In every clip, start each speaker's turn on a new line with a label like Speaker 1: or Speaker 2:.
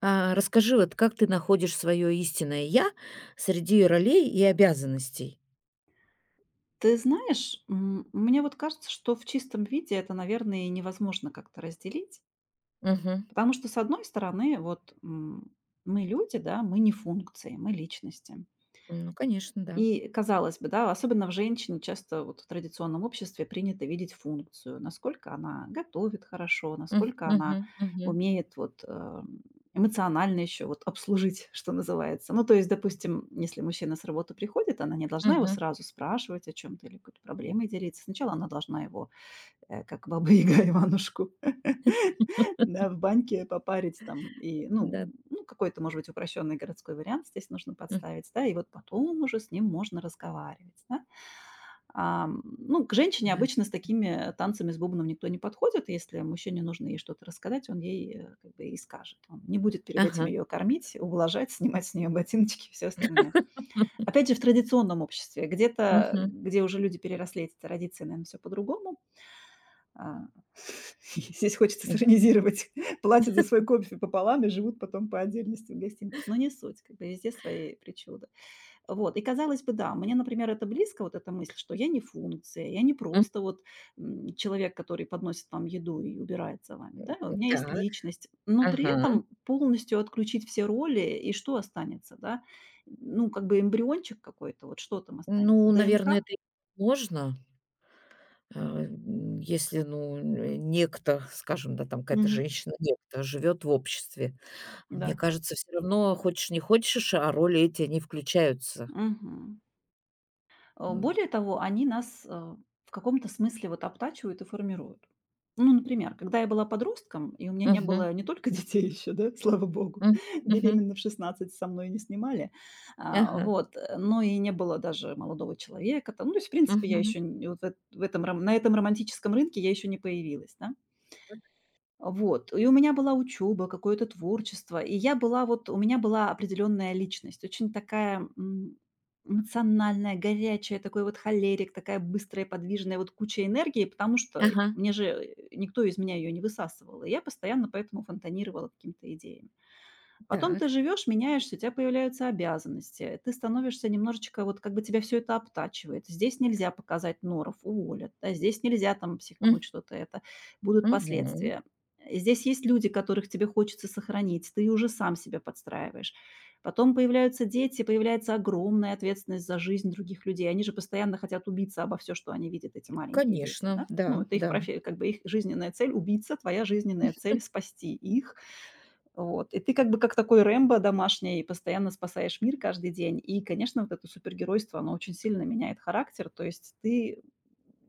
Speaker 1: А расскажи, вот как ты находишь свое истинное я среди ролей и обязанностей?
Speaker 2: Ты знаешь, мне вот кажется, что в чистом виде это, наверное, и невозможно как-то разделить,
Speaker 1: Мгм.
Speaker 2: потому что, с одной стороны, вот мы люди, да, мы не функции, мы личности.
Speaker 1: Ну, конечно, да.
Speaker 2: И, казалось бы, да, особенно в женщине часто вот в традиционном обществе принято видеть функцию, насколько она готовит хорошо,
Speaker 1: М,
Speaker 2: насколько она
Speaker 1: мгм, мгм,
Speaker 2: умеет вот эмоционально еще вот обслужить, что называется. Ну, то есть, допустим, если мужчина с работы приходит, она не
Speaker 1: м,
Speaker 2: должна его
Speaker 1: мгм.
Speaker 2: сразу спрашивать о чем-то или какой-то проблемой делиться. Сначала она должна его как Баба Яга Иванушку, да, в баньке попарить там и, ну,
Speaker 1: Да,
Speaker 2: ну, какой-то, может быть, упрощенный городской вариант здесь нужно
Speaker 1: м,
Speaker 2: подставить, да, и вот потом уже с ним можно разговаривать, да. Ну, к женщине
Speaker 1: да.
Speaker 2: обычно с такими танцами с бубном никто не подходит, если мужчине нужно ей что-то рассказать, он ей как бы и скажет. Он не будет перед этим
Speaker 1: Ага.
Speaker 2: ее кормить, ублажать, снимать с нее ботиночки и все остальное.
Speaker 1: М,
Speaker 2: Опять же, в традиционном обществе, где-то,
Speaker 1: мгм,
Speaker 2: где уже люди переросли эти традиции, наверное, все по-другому. а, Здесь хочется
Speaker 1: м,
Speaker 2: сиронизировать. Платят за свой кофе пополам и живут потом по отдельности в гостинках. Но не суть, как бы везде свои причуды. Вот, и казалось бы, да, мне, например, это близко, вот эта мысль, что я не функция, я не
Speaker 1: м.
Speaker 2: просто вот человек, который подносит вам еду и убирает за вами, да, у меня есть
Speaker 1: Так,
Speaker 2: личность, но при
Speaker 1: ага.
Speaker 2: этом полностью отключить все роли, и что останется, да, ну, как бы эмбриончик какой-то, вот что там останется,
Speaker 1: Ну,
Speaker 2: ДНК?
Speaker 1: наверное, это и можно, а, если, ну, н некто, скажем, да, там какая-то
Speaker 2: Мгм.
Speaker 1: женщина, некто живет в обществе. Мне
Speaker 2: Да.
Speaker 1: кажется, все равно, хочешь не хочешь, а роли эти, они включаются.
Speaker 2: Мгм.
Speaker 1: М.
Speaker 2: Более того, они нас, в каком-то смысле вот обтачивают и формируют. Ну, например, когда я была подростком, и у меня не
Speaker 1: Мгм.
Speaker 2: было не только детей еще, да, слава богу,
Speaker 1: М, мгм.
Speaker 2: беременна в 16 со мной не снимали,
Speaker 1: Ага.
Speaker 2: вот, но и не было даже молодого человека там. Ну, то есть, в принципе, я
Speaker 1: Мгм.
Speaker 2: еще н вот в эт в этом ром на этом романтическом рынке я еще не появилась, да. Вот. И у меня была учеба, какое-то творчество. И я была вот, у меня была определенная личность, очень такая эмоциональная, горячая, такой вот холерик, такая быстрая, подвижная, вот куча энергии, потому что
Speaker 1: Ага.
Speaker 2: мне же никто из меня ее не высасывал. И я постоянно поэтому фонтанировала какими-то идеями. Потом ты
Speaker 1: Так.
Speaker 2: живешь, меняешься, у тебя появляются обязанности. Ты становишься немножечко, вот как бы тебя все это обтачивает. Здесь нельзя показать норов, уволят. Да, здесь нельзя там психануть
Speaker 1: М,
Speaker 2: что-то это. Будут
Speaker 1: мгм.
Speaker 2: последствия. Здесь есть люди, которых тебе хочется сохранить. Ты уже сам себя подстраиваешь. Потом появляются дети, появляется огромная ответственность за жизнь других людей. Они же постоянно хотят убиться обо все, что они видят, эти маленькие дети.
Speaker 1: Конечно,
Speaker 2: Да? Ну,
Speaker 1: да,
Speaker 2: это их
Speaker 1: да.
Speaker 2: как бы их жизненная цель– убиться, твоя жизненная цель– спасти их. Вот. И ты как бы как такой Рэмбо домашний, постоянно спасаешь мир каждый день. И, конечно, вот это супергеройство, оно очень сильно меняет характер. То есть ты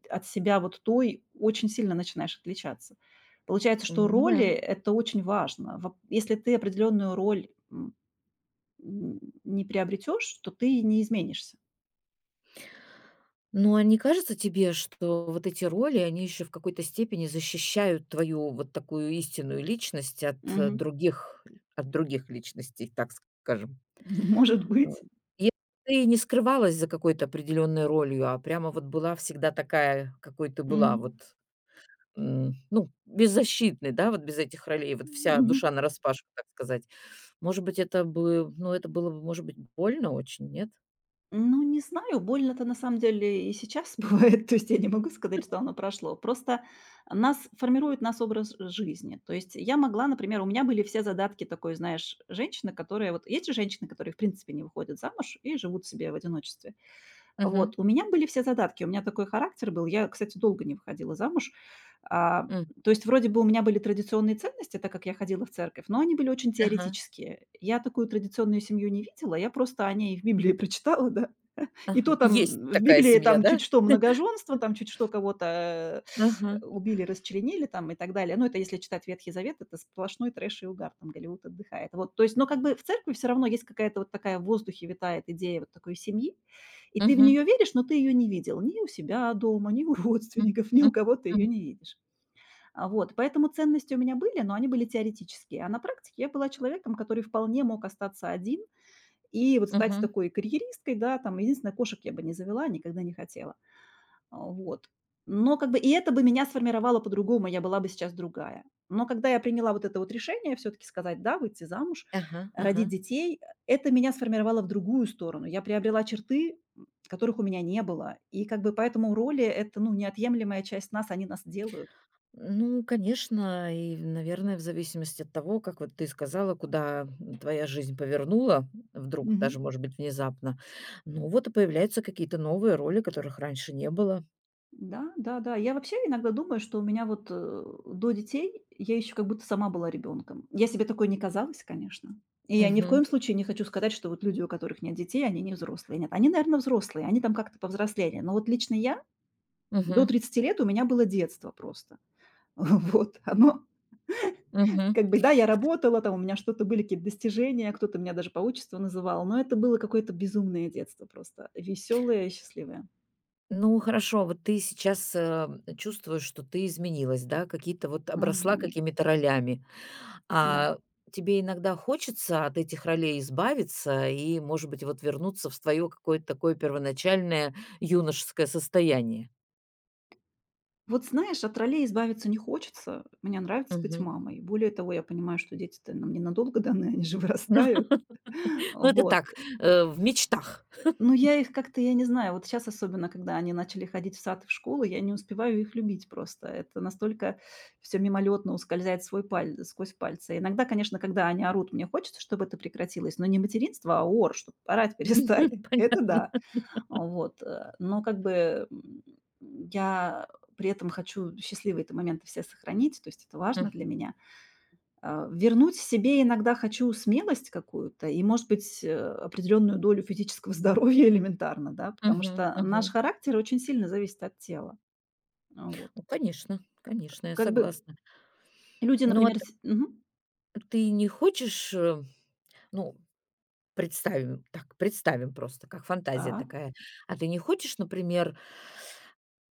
Speaker 2: от себя вот той очень сильно начинаешь отличаться. Получается, что
Speaker 1: Ну
Speaker 2: роли —
Speaker 1: да.
Speaker 2: это очень важно. Если ты определенную роль не приобретешь, то ты не изменишься.
Speaker 1: Ну, а не кажется тебе, что вот эти роли, они еще в какой-то степени защищают твою вот такую истинную личность
Speaker 2: Мгм.
Speaker 1: от других личностей, так скажем?
Speaker 2: Может
Speaker 1: М,
Speaker 2: быть.
Speaker 1: Если ты не скрывалась за какой-то определенной ролью, а прямо вот была всегда такая, какой ты была, вот
Speaker 2: Мгм.
Speaker 1: Ну, беззащитной, да, вот без этих ролей, вот вся
Speaker 2: Мгм.
Speaker 1: душа нараспашку, так сказать. Может быть, это бы ну, это было бы, может быть, больно очень, нет?
Speaker 2: Ну, не знаю, больно-то на самом деле и сейчас бывает. То есть я не могу сказать, что оно прошло. Просто нас формирует нас образ жизни. То есть я могла, например, у меня были все задатки такой, знаешь, женщины, которые... Вот есть же женщины, которые, в принципе, не выходят замуж и живут себе в одиночестве. Вот,
Speaker 1: Мгм.
Speaker 2: у меня были все задатки, у меня такой характер был. Я, кстати, долго не выходила замуж. А,
Speaker 1: М.
Speaker 2: То есть вроде бы у меня были традиционные ценности, так как я ходила в церковь, но они были очень
Speaker 1: Ага,
Speaker 2: теоретические. Я такую традиционную семью не видела, я просто о ней в Библии прочитала, да, и
Speaker 1: ага.
Speaker 2: то
Speaker 1: Есть
Speaker 2: там в
Speaker 1: такая
Speaker 2: Библии
Speaker 1: семья,
Speaker 2: там
Speaker 1: да?
Speaker 2: чуть что многоженство, там чуть что кого-то,
Speaker 1: Ага.
Speaker 2: убили, расчленили там и так далее. Ну, это если читать Ветхий Завет, это сплошной трэш и угар, там Голливуд отдыхает. Вот, то есть, но как бы в церкви все равно есть какая-то вот такая в воздухе витает идея вот такой семьи, и ты в
Speaker 1: Мгм.
Speaker 2: нее веришь, но ты ее не видел ни у себя дома, ни у
Speaker 1: М.
Speaker 2: родственников, ни
Speaker 1: М.
Speaker 2: у кого ты ее не
Speaker 1: Мгм.
Speaker 2: видишь. Вот, поэтому ценности у меня были, но они были теоретические. А на практике я была человеком, который вполне мог остаться один, и вот стать
Speaker 1: Мгм.
Speaker 2: такой карьеристкой, да, там, единственное, кошек я бы не завела, никогда не хотела. Вот. Но как бы и это бы меня сформировало по-другому, я была бы сейчас другая. Но когда я приняла вот это вот решение все-таки сказать «да», выйти замуж,
Speaker 1: Ага, ага.
Speaker 2: родить детей, это меня сформировало в другую сторону. Я приобрела черты, которых у меня не было. И как бы поэтому роли — это, ну, неотъемлемая часть нас, они нас делают.
Speaker 1: Ну, конечно, и, наверное, в зависимости от того, как вот ты сказала, куда твоя жизнь повернула, вдруг
Speaker 2: Мгм.
Speaker 1: даже, может быть, внезапно, ну, вот и появляются какие-то новые роли, которых раньше не было.
Speaker 2: Да, да, да. Я вообще иногда думаю, что у меня вот до детей я еще как будто сама была ребенком. Я себе такой не казалась, конечно. И я ни в
Speaker 1: Мгм.
Speaker 2: коем случае не хочу сказать, что вот люди, у которых нет детей, они не взрослые. Нет, они, наверное, взрослые, они там как-то повзрослели. Но вот лично я до
Speaker 1: Мгм.
Speaker 2: 30 лет у меня было детство просто. Вот, оно
Speaker 1: Мгм.
Speaker 2: как бы, да, я работала, там у меня что-то были какие-то достижения, кто-то меня даже по отчеству называл, но это было какое-то безумное детство просто, веселое, счастливое.
Speaker 1: Ну, хорошо, вот ты сейчас, чувствуешь, что ты изменилась, да, какие-то вот обросла
Speaker 2: Мгм.
Speaker 1: какими-то ролями. А тебе иногда хочется от этих ролей избавиться и, может быть, вот вернуться в твое какое-то такое первоначальное юношеское состояние?
Speaker 2: Вот знаешь, от ролей избавиться не хочется. Мне нравится быть
Speaker 1: Мгм.
Speaker 2: мамой. Более того, я понимаю, что дети-то нам ненадолго даны, они же вырастают.
Speaker 1: Ну, это
Speaker 2: Вот.
Speaker 1: так, в мечтах.
Speaker 2: Но я их как-то, я не знаю, вот сейчас особенно, когда они начали ходить в сад и в школу, я не успеваю их любить просто. Это настолько все мимолетно ускользает сквозь пальцы. Иногда, конечно, когда они орут, мне хочется, чтобы это прекратилось, но не материнство, а ор, чтобы орать перестали.
Speaker 1: Пон
Speaker 2: Это да. Вот, но как бы, я при этом хочу счастливые эти моменты все сохранить, то есть это важно
Speaker 1: М.
Speaker 2: для меня. Вернуть себе иногда хочу смелость какую-то и, может быть, определенную долю физического здоровья элементарно, да, потому
Speaker 1: Мгм.
Speaker 2: что наш
Speaker 1: Мгм.
Speaker 2: характер очень сильно зависит от тела. Вот.
Speaker 1: Ну, конечно, конечно, я
Speaker 2: Как бы
Speaker 1: согласна.
Speaker 2: люди,
Speaker 1: Но а
Speaker 2: например,
Speaker 1: т
Speaker 2: с... Мгм.
Speaker 1: ты не хочешь, ну, представим так, представим просто, как фантазия
Speaker 2: Так.
Speaker 1: такая. А ты не хочешь, например,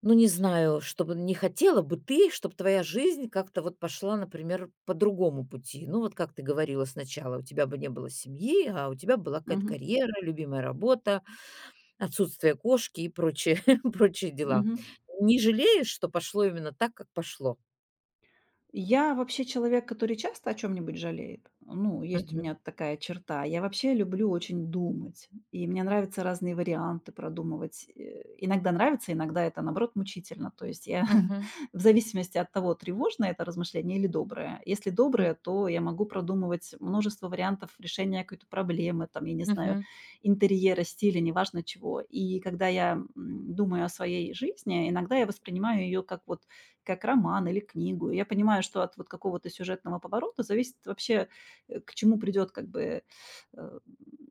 Speaker 1: ну, не знаю, чтобы не хотела бы ты, чтобы твоя жизнь как-то вот пошла, например, по другому пути? Ну, вот как ты говорила сначала, у тебя бы не было семьи, а у тебя была какая-то
Speaker 2: Мгм.
Speaker 1: карьера, любимая работа, отсутствие кошки и прочие, прочие дела.
Speaker 2: Мгм.
Speaker 1: Не жалеешь, что пошло именно так, как пошло?
Speaker 2: Я вообще человек, который часто о чем нибудь жалеет. Ну, есть у
Speaker 1: Мгм.
Speaker 2: меня такая черта. Я вообще люблю очень думать, и мне нравятся разные варианты продумывать. Иногда нравится, иногда это, наоборот, мучительно. То есть я
Speaker 1: Мгм.
Speaker 2: в зависимости от того, тревожное это размышление или доброе. Если доброе,
Speaker 1: М.
Speaker 2: то я могу продумывать множество вариантов решения какой-то проблемы, там, я не знаю,
Speaker 1: Мгм.
Speaker 2: интерьера, стиля, неважно чего. И когда я, думаю о своей жизни, иногда я воспринимаю ее как вот как роман или книгу. И я понимаю, что от вот какого-то сюжетного поворота зависит вообще, к чему придет как бы, э,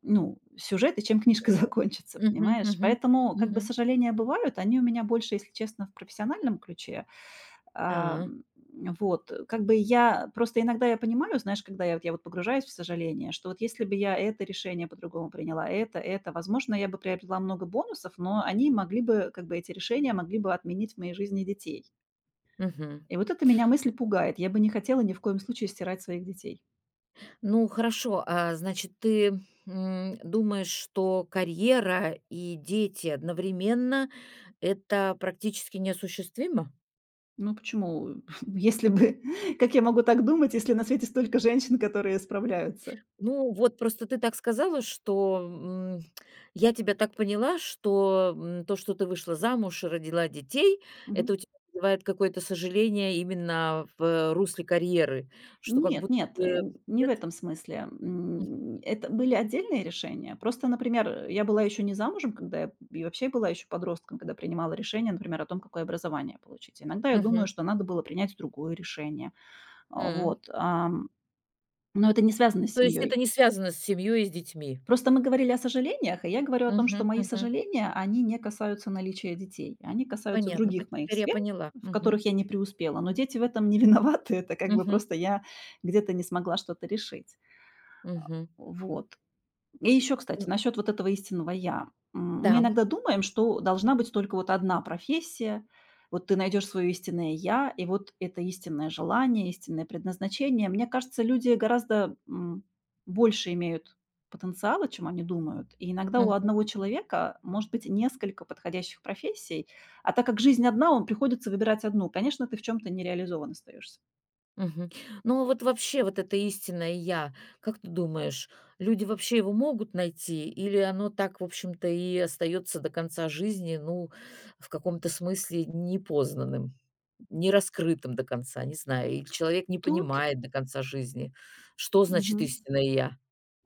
Speaker 2: ну, сюжет и чем книжка
Speaker 1: М.
Speaker 2: закончится,
Speaker 1: Мгм.
Speaker 2: понимаешь?
Speaker 1: Мгм.
Speaker 2: Поэтому как бы
Speaker 1: Мгм.
Speaker 2: сожаления бывают, они у меня больше, если честно, в профессиональном ключе. А,
Speaker 1: А.
Speaker 2: м, вот, как бы я просто иногда я понимаю, знаешь, когда я вот, погружаюсь в сожаление, что вот если бы я это решение по-другому приняла, это, возможно, я бы приобрела много бонусов, но они могли бы, как бы эти решения могли бы отменить в моей жизни детей.
Speaker 1: Мгм.
Speaker 2: И вот это меня мысль пугает. Я бы не хотела ни в коем случае стирать своих детей.
Speaker 1: Ну, хорошо, а, значит, ты, думаешь, что карьера и дети одновременно — это практически неосуществимо?
Speaker 2: Ну почему? Если бы как я могу так думать, если на свете столько женщин, которые справляются?
Speaker 1: Ну, вот просто ты так сказала, что, м, я тебя так поняла, что, то, что ты вышла замуж и родила детей,
Speaker 2: Мгм.
Speaker 1: это у тебя вызывает какое-то сожаление именно в русле карьеры, что как
Speaker 2: Нет,
Speaker 1: будто
Speaker 2: нет,
Speaker 1: бы...
Speaker 2: н не в
Speaker 1: Нет?
Speaker 2: этом смысле. Это были отдельные решения. Просто, например, я была еще не замужем, когда я и вообще была еще подростком, когда принимала решение, например, о том, какое образование получить. Иногда я думаю,
Speaker 1: Мгм.
Speaker 2: что надо было принять другое решение.
Speaker 1: М.
Speaker 2: Вот, но это не связано с
Speaker 1: То есть это
Speaker 2: семьей.
Speaker 1: не связано с семьей и с детьми?
Speaker 2: Просто мы говорили о сожалениях, и я говорю о том, что
Speaker 1: Мгм,
Speaker 2: мои
Speaker 1: мгм.
Speaker 2: сожаления, они не касаются наличия детей. Они касаются
Speaker 1: Понятно, пон
Speaker 2: других моих
Speaker 1: теперь я
Speaker 2: сфер,
Speaker 1: поняла.
Speaker 2: в
Speaker 1: Мгм.
Speaker 2: которых я не преуспела. Но дети в этом не виноваты. Это как бы
Speaker 1: Мгм.
Speaker 2: просто я где-то не смогла что-то решить. А,
Speaker 1: Мгм.
Speaker 2: Вот. И еще,
Speaker 1: М,
Speaker 2: кстати, насчет вот этого истинного "я". Мы
Speaker 1: да.
Speaker 2: иногда думаем, что должна быть только вот одна профессия. Вот ты найдешь свое истинное "я", и вот это истинное желание, истинное предназначение. Мне кажется, люди гораздо, больше имеют потенциала, чем они думают. И иногда у
Speaker 1: М,
Speaker 2: одного человека может быть несколько подходящих профессий, а так как жизнь одна, он приходится выбирать одну. Конечно, ты в чем то не реализован остаешься.
Speaker 1: мгм. Ну, а вот вообще вот это истинное "я", как ты думаешь, люди вообще его могут найти или оно так, в общем-то, и остается до конца жизни, ну, в каком-то смысле непознанным, не раскрытым до конца, не знаю, или человек не
Speaker 2: Тут
Speaker 1: понимает до конца жизни, что значит
Speaker 2: мгм.
Speaker 1: истинное "я"?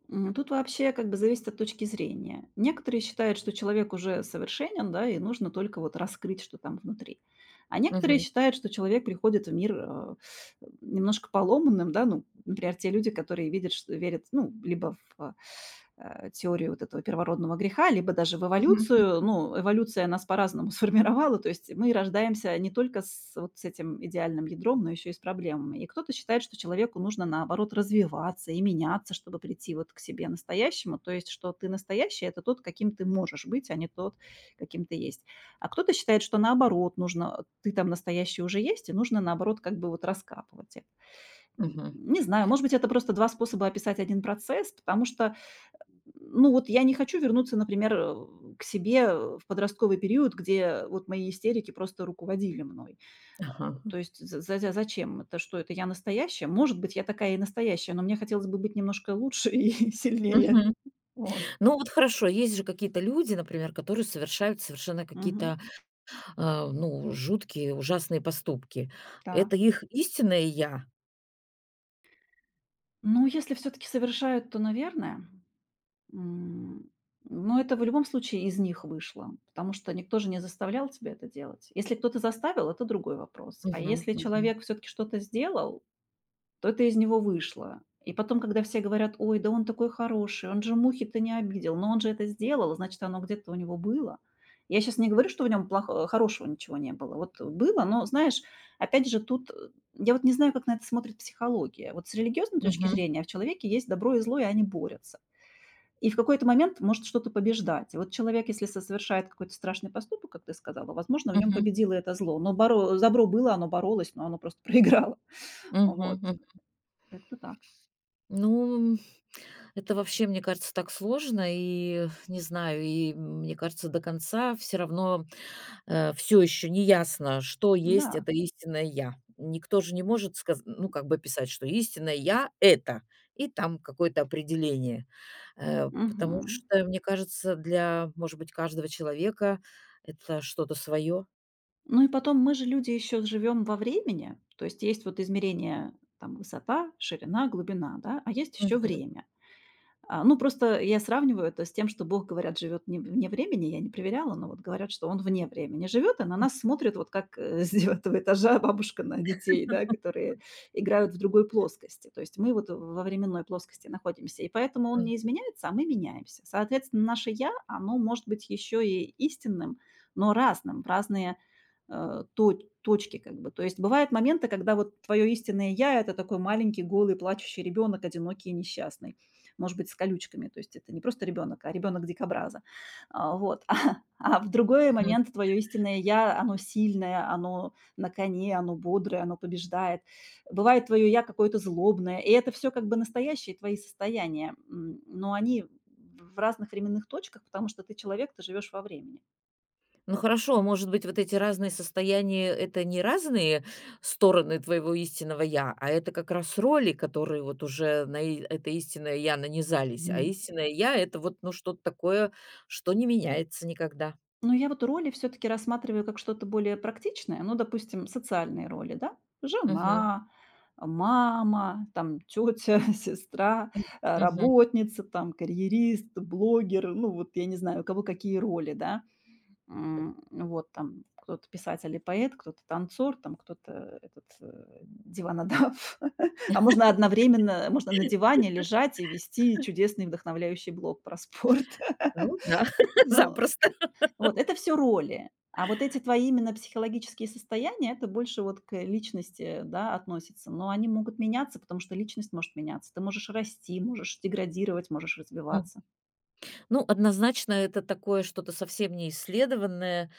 Speaker 2: Тут вообще как бы зависит от точки зрения. Некоторые считают, что человек уже совершенен, да, и нужно только вот раскрыть, что там внутри. А некоторые
Speaker 1: Мгм.
Speaker 2: считают, что человек приходит в мир немножко поломанным, да, ну, например, те люди, которые видят, что верят, ну, либо в теорию вот этого первородного греха, либо даже в
Speaker 1: Мгм.
Speaker 2: эволюцию. Ну, эволюция нас по-разному сформировала, то есть мы рождаемся не только с вот с этим идеальным ядром, но еще и с проблемами. И кто-то считает, что человеку нужно, наоборот, развиваться и меняться, чтобы прийти вот к себе настоящему, то есть что ты настоящий– это тот, каким ты можешь быть, а не тот, каким ты есть. А кто-то считает, что наоборот нужно, ты там настоящий уже есть, и нужно наоборот как бы вот раскапывать это.
Speaker 1: Мгм.
Speaker 2: Не знаю, может быть, это просто 2 способа описать один процесс, потому что, ну, вот я не хочу вернуться, например, к себе в подростковый период, где вот мои истерики просто руководили мной. Э,
Speaker 1: Ага.
Speaker 2: то есть за за зачем это? Что это я настоящая? Может быть, я такая и настоящая, но мне хотелось бы быть немножко лучше и сильнее. Вот.
Speaker 1: Ну вот хорошо, есть же какие-то люди, например, которые совершают совершенно
Speaker 2: Мгм.
Speaker 1: какие-то, ну, жуткие, ужасные поступки.
Speaker 2: Так.
Speaker 1: Это их истинное я?
Speaker 2: Ну, если все таки совершают, то, наверное. М, но это в любом случае из них вышло, потому что никто же не заставлял тебя это делать. Если кто-то заставил, это другой вопрос. А
Speaker 1: Мгм,
Speaker 2: если
Speaker 1: мгм,
Speaker 2: человек все-таки что-то сделал, то это из него вышло. И потом, когда все говорят, ой, да он такой хороший, он же мухи-то не обидел, но он же это сделал, значит, оно где-то у него было. Я сейчас не говорю, что в нем хорошего ничего не было. Вот было, но, знаешь, опять же, тут я вот не знаю, как на это смотрит психология. Вот с религиозной точки
Speaker 1: мгм,
Speaker 2: зрения в человеке есть добро и зло, и они борются. И в какой-то момент может что-то побеждать. И вот человек, если совершает какой-то страшный поступок, как ты сказала, возможно, в нем
Speaker 1: мгм,
Speaker 2: победило это зло. Но добро было, оно боролось, но оно просто проиграло.
Speaker 1: мгм,
Speaker 2: Вот.
Speaker 1: мгм.
Speaker 2: Как-то так.
Speaker 1: Ну, это вообще, мне кажется, так сложно, и не знаю, и мне кажется, до конца все равно все еще не ясно, что есть
Speaker 2: Да.
Speaker 1: это истинное я. Никто же не может сказать, ну, как бы писать, что истинное я — это, и там какое-то определение. Потому
Speaker 2: Мгм.
Speaker 1: что, мне кажется, для, может быть, каждого человека это что-то свое.
Speaker 2: Ну и потом мы же люди еще живем во времени. То есть есть вот измерение там высота, ширина, глубина, да, а есть еще
Speaker 1: Мгм.
Speaker 2: время. А, ну, просто я сравниваю это с тем, что Бог, говорят, живет не вне времени. Я не проверяла, но вот говорят, что он вне времени живет, и на нас смотрит вот как, с 9 этажа бабушка на детей, да, которые играют в другой плоскости. То есть мы вот во временной плоскости находимся, и поэтому он
Speaker 1: Мгм.
Speaker 2: не изменяется, а мы меняемся. Соответственно, наше «я», оно может быть еще и истинным, но разным, в разные, э, то точки как бы. То есть бывают моменты, когда вот твое истинное «я»- это такой маленький, голый, плачущий ребенок, одинокий и несчастный, может быть, с колючками. То есть это не просто ребенок, а ребенок дикобраза. А, вот. А в другой момент твое истинное я, оно сильное, оно на коне, оно бодрое, оно побеждает. Бывает твое я какое-то злобное. И это все как бы настоящие твои состояния. Но они в разных временных точках, потому что ты человек, ты живешь во времени.
Speaker 1: Ну хорошо, а может быть, вот эти разные состояния — это не разные стороны твоего истинного "я", а это как раз роли, которые вот уже на и это истинное "я" нанизались, а
Speaker 2: Мгм.
Speaker 1: истинное "я" — это вот, ну, что-то такое, что не меняется никогда.
Speaker 2: Но я вот роли все таки рассматриваю как что-то более практичное. Ну, допустим, социальные роли, да?
Speaker 1: Мгм,
Speaker 2: Жена, мама, там тетя, сестра,
Speaker 1: мгм.
Speaker 2: работница, там карьерист, блогер. Ну, вот я не знаю, у кого какие роли, да. Вот там кто-то писатель и поэт, кто-то танцор, там кто-то этот, диванодав. А можно одновременно, можно на диване лежать и вести чудесный вдохновляющий блог про спорт.
Speaker 1: Ну да,
Speaker 2: Ну
Speaker 1: запросто.
Speaker 2: вот это все роли. А вот эти твои именно психологические состояния- это больше вот к личности, да, относится. Но они могут меняться, потому что личность может меняться. Ты можешь расти, можешь деградировать, можешь
Speaker 1: М.
Speaker 2: развиваться.
Speaker 1: Ну, однозначно, это такое что-то совсем неисследованное,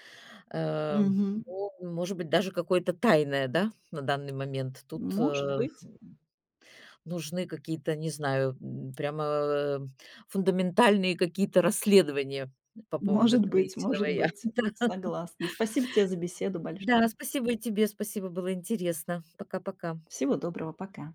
Speaker 1: э,
Speaker 2: Мгм.
Speaker 1: ну, может быть, даже какое-то тайное, да, на данный момент. Тут,
Speaker 2: Может быть,
Speaker 1: нужны какие-то, не знаю, прямо, фундаментальные какие-то расследования по поводу
Speaker 2: может
Speaker 1: этого
Speaker 2: быть,
Speaker 1: истинного
Speaker 2: может
Speaker 1: я.
Speaker 2: быть. Согласна. Спасибо тебе за беседу
Speaker 1: Да,
Speaker 2: большое.
Speaker 1: спасибо и тебе. Спасибо, было интересно. Пока-пока.
Speaker 2: Всего доброго. Пока.